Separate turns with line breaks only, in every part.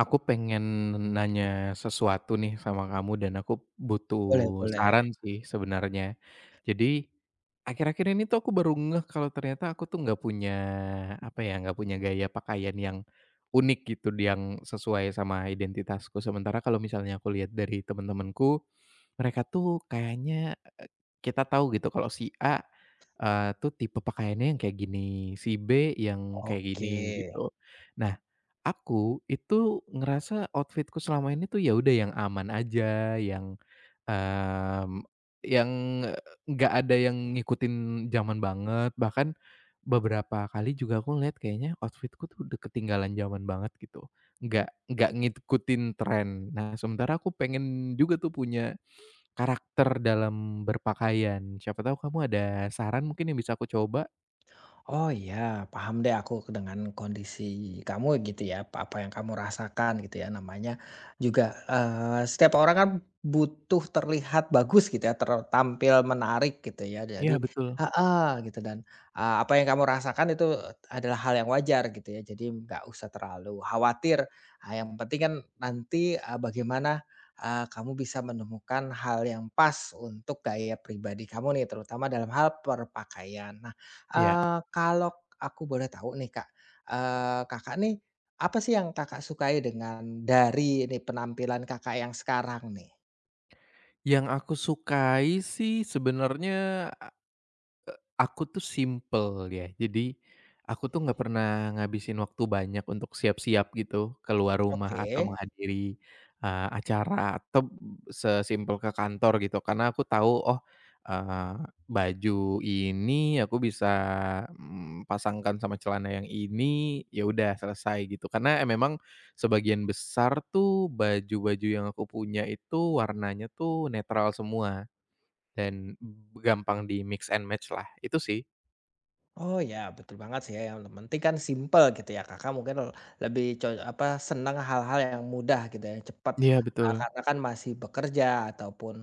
Aku pengen nanya sesuatu nih sama kamu dan aku
Boleh
butuh
boleh,
saran sih sebenarnya. Jadi, akhir-akhir ini tuh aku baru ngeh kalau ternyata aku tuh nggak punya, apa ya, nggak punya gaya pakaian yang unik gitu, yang sesuai sama identitasku. Sementara kalau misalnya aku lihat dari temen-temenku, mereka tuh kayaknya, kita tahu gitu kalau si A, tuh tipe pakaiannya yang kayak gini, si B yang kayak
oke.
gini, gitu. Nah, aku itu ngerasa outfitku selama ini tuh ya udah yang aman aja, yang, mmm, yang nggak ada yang ngikutin zaman banget, bahkan beberapa kali juga aku ngelihat kayaknya outfitku tuh udah ketinggalan zaman banget gitu, nggak ngikutin tren. Nah, sementara aku pengen juga tuh punya karakter dalam berpakaian, siapa tahu kamu ada saran mungkin yang bisa aku coba?
Oh iya, paham deh aku dengan kondisi kamu gitu ya, apa apa yang kamu rasakan gitu ya. Namanya juga, setiap orang kan butuh terlihat bagus gitu ya, ter menarik gitu ya.
Iya
Jadi
betul,
ah gitu dan, apa yang kamu rasakan itu adalah hal yang wajar gitu ya. Jadi nggak usah terlalu khawatir, yang penting kan nanti, bagaimana, kamu bisa menemukan hal yang pas untuk gaya pribadi kamu nih, terutama dalam hal perpakaian. Nah,
iya.
Kalau aku boleh tahu nih, Kak, Kakak nih, apa sih yang Kakak sukai dengan dari ini penampilan Kakak yang sekarang nih?
Yang aku sukai sih sebenarnya, aku tuh simple ya, jadi aku tuh nggak pernah ngabisin waktu banyak untuk siap-siap gitu, keluar rumah atau
Oke.
menghadiri, acara atau sesimpel ke kantor gitu. Karena aku tahu, oh, eee, baju ini aku bisa, pasangkan sama celana yang ini, ya udah selesai gitu. Karena eh, memang sebagian besar tuh baju-baju yang aku punya itu warnanya tuh netral semua dan gampang di mix and match lah, itu sih.
Oh ya, betul banget sih ya, yang penting kan simple gitu ya, Kakak mungkin lebih co apa, senang hal-hal yang mudah gitu ya, yang cepat,
Iya betul,
karena kan masih bekerja ataupun,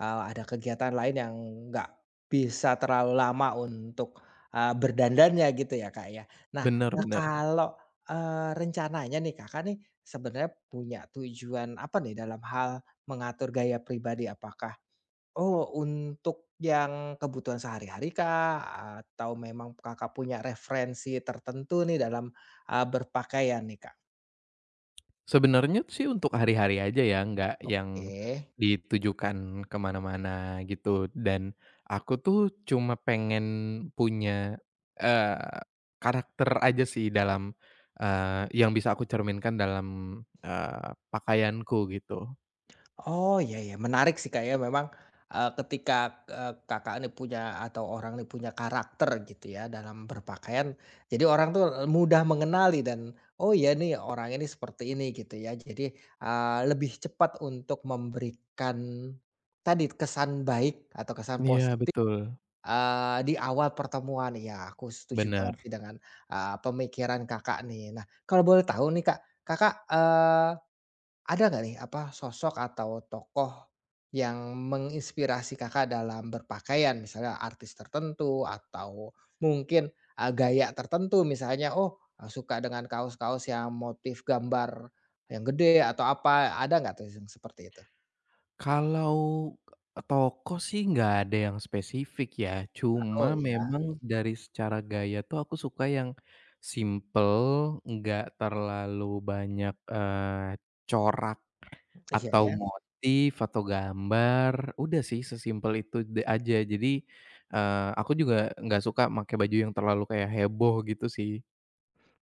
ada kegiatan lain yang nggak bisa terlalu lama untuk, berdandannya gitu ya, Kak, ya. Nah,
bener bener.
kalau, rencananya nih Kakak nih sebenarnya punya tujuan apa nih dalam hal mengatur gaya pribadi? Apakah oh, untuk yang kebutuhan sehari-hari Kak, atau memang Kakak punya referensi tertentu nih dalam, berpakaian nih Kak?
Sebenarnya sih untuk hari-hari aja ya, nggak
Oke.
yang ditujukan kemana mana gitu, dan aku tuh cuma pengen punya, eee, karakter aja sih dalam, yang bisa aku cerminkan dalam, pakaianku gitu.
Oh, iya ya, menarik sih Kak ya memang, ketika, Kakak ini punya atau orang ini punya karakter gitu ya dalam berpakaian, jadi orang tuh, mudah mengenali dan, "Oh iya nih orang ini seperti ini," gitu ya. Jadi, lebih cepat untuk memberikan tadi kesan baik atau kesan
Iya
positif.
betul,
Di awal pertemuan, iya aku setuju banget
bener.
sih dengan, pemikiran Kakak nih. Nah, kalau boleh tahu nih Kak, Kakak, ada nggak nih apa sosok atau tokoh yang menginspirasi Kakak dalam berpakaian? Misalnya artis tertentu atau mungkin, gaya tertentu misalnya, oh, suka dengan kaos-kaos yang motif gambar yang gede atau apa, ada nggak tuh yang seperti itu?
Kalau toko sih nggak ada yang spesifik ya, cuma
Oh, iya,
memang mhm, dari secara gaya tuh aku suka yang simple, nggak terlalu banyak, corak
iya
atau
iya.
motif atau gambar, udah sih sesimpel itu de aja. Jadi, aku juga nggak suka pakai baju yang terlalu kayak heboh gitu sih.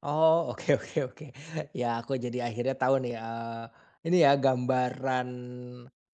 Oh, oke oke oke. Ya, aku jadi akhirnya tahu nih, ini ya gambaran,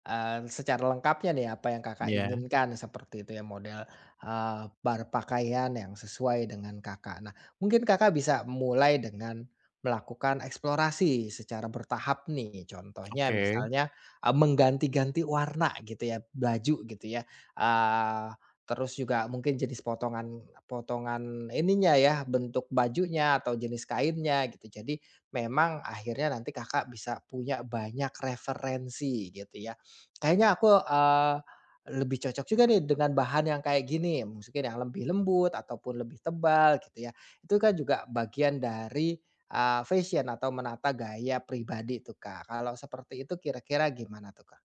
secara lengkapnya nih apa yang Kakak
Ya,
inginkan seperti itu ya model, berpakaian yang sesuai dengan Kakak. Nah, mungkin Kakak bisa mulai dengan melakukan eksplorasi secara bertahap nih. Contohnya
oke.
misalnya, mengganti-ganti warna gitu ya, baju gitu ya, eh, terus juga mungkin jenis potongan potongan ininya ya, bentuk bajunya atau jenis kainnya gitu. Jadi memang akhirnya nanti Kakak bisa punya banyak referensi gitu ya. Kayaknya aku, lebih cocok juga nih dengan bahan yang kayak gini, mungkin yang lebih lembut ataupun lebih tebal gitu ya. Itu kan juga bagian dari, fashion atau menata gaya pribadi tuh, Kak. Kalau seperti itu kira-kira gimana tuh, Kak?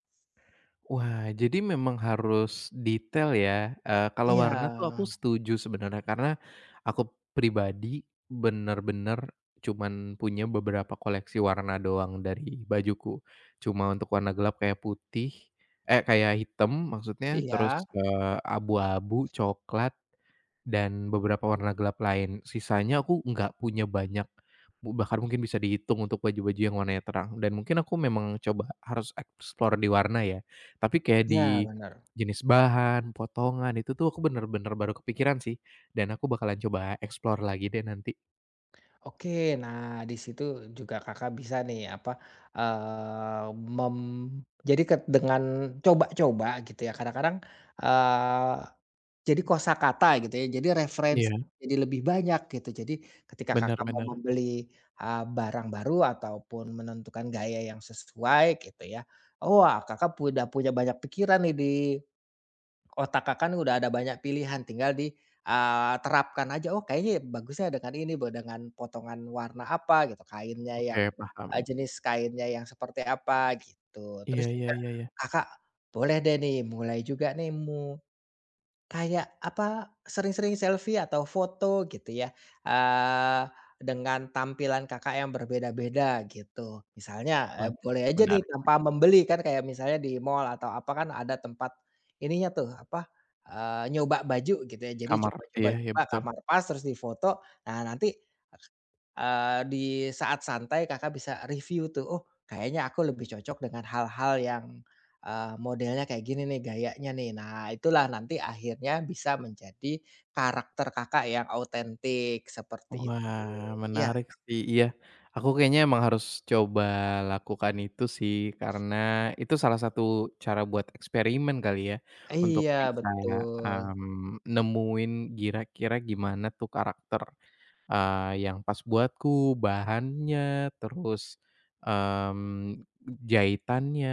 Wah, jadi memang harus detail ya, kalau
Iya,
warna tuh aku setuju sebenarnya karena aku pribadi bener-bener cuman punya beberapa koleksi warna doang dari bajuku. Cuma untuk warna gelap kayak putih eh, kayak hitam maksudnya, terus,
iya,
abu-abu, coklat, dan beberapa warna gelap lain. Sisanya aku nggak punya banyak, mu bahkan mungkin bisa dihitung untuk baju-baju yang warnanya terang dan mungkin aku memang coba harus explore di warna ya. Tapi kayak
iya
di
benar.
jenis bahan, potongan, itu tuh aku bener-bener baru kepikiran sih dan aku bakalan coba explore lagi deh nanti.
Oke, nah di situ juga Kakak bisa nih apa, eee, mem jadi ket dengan coba-coba gitu ya kadang-kadang, eee, jadi kosakata gitu ya jadi referensi
Iya,
jadi lebih banyak gitu jadi ketika Kakak mau
benar-benar.
membeli, barang baru ataupun menentukan gaya yang sesuai gitu ya, oh, wah Kakak udah punya banyak pikiran nih di otak Kakak udah ada banyak pilihan tinggal di, terapkan aja, oh kayaknya bagusnya dengan ini be dengan potongan warna apa gitu, kainnya yang,
Oke, paham.
jenis kainnya yang seperti apa gitu. Terus
Iya iya
juga
iya iya.
Kakak boleh deh nih mulai juga nih mu kayak apa, sering-sering selfie atau foto gitu ya, eee, dengan tampilan Kakak yang berbeda-beda gitu. Misalnya,
Wah,
boleh aja nih
menarik.
tanpa membeli kan kayak misalnya di mall atau apa kan ada tempat ininya tuh apa, nyoba baju gitu ya. Jadi
Kamar,
coba coba
iya iya
coba
betul.
kamar pas terus difoto. Nah nanti di saat santai Kakak bisa review tuh, "Oh kayaknya aku lebih cocok dengan hal-hal yang, modelnya kayak gini nih, gayanya nih." Nah itulah nanti akhirnya bisa menjadi karakter Kakak yang autentik seperti itu.
Wah,
Iya
menarik sih, iya. Aku kayaknya emang harus coba lakukan itu sih, karena itu salah satu cara buat eksperimen kali ya, untuk
iya
bisa,
betul.
nemuin kira-kira gimana tuh karakter yang pas buatku, bahannya, terus, mmm, jahitannya,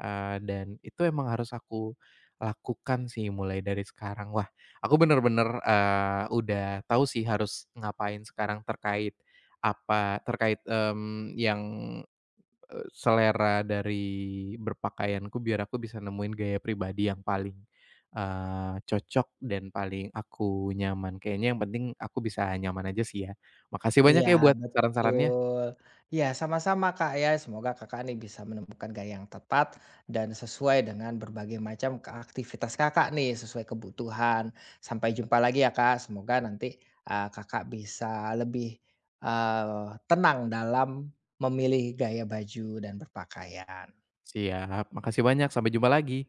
dan itu emang harus aku lakukan sih mulai dari sekarang. Wah, aku bener-bener, udah tahu sih harus ngapain sekarang terkait apa terkait, yang selera dari berpakaianku biar aku bisa nemuin gaya pribadi yang paling, cocok dan paling aku nyaman. Kayaknya yang penting aku bisa nyaman aja sih ya. Makasih banyak
Iya,
ya buat saran-sarannya.
betul. Iya, sama-sama, Kak, ya. Semoga Kakak nih bisa menemukan gaya yang tepat dan sesuai dengan berbagai macam ke aktivitas Kakak nih, sesuai kebutuhan. Sampai jumpa lagi ya, Kak. Semoga nanti, Kakak bisa lebih, eee, tenang dalam memilih gaya baju dan berpakaian.
Siap, makasih banyak, sampai jumpa lagi.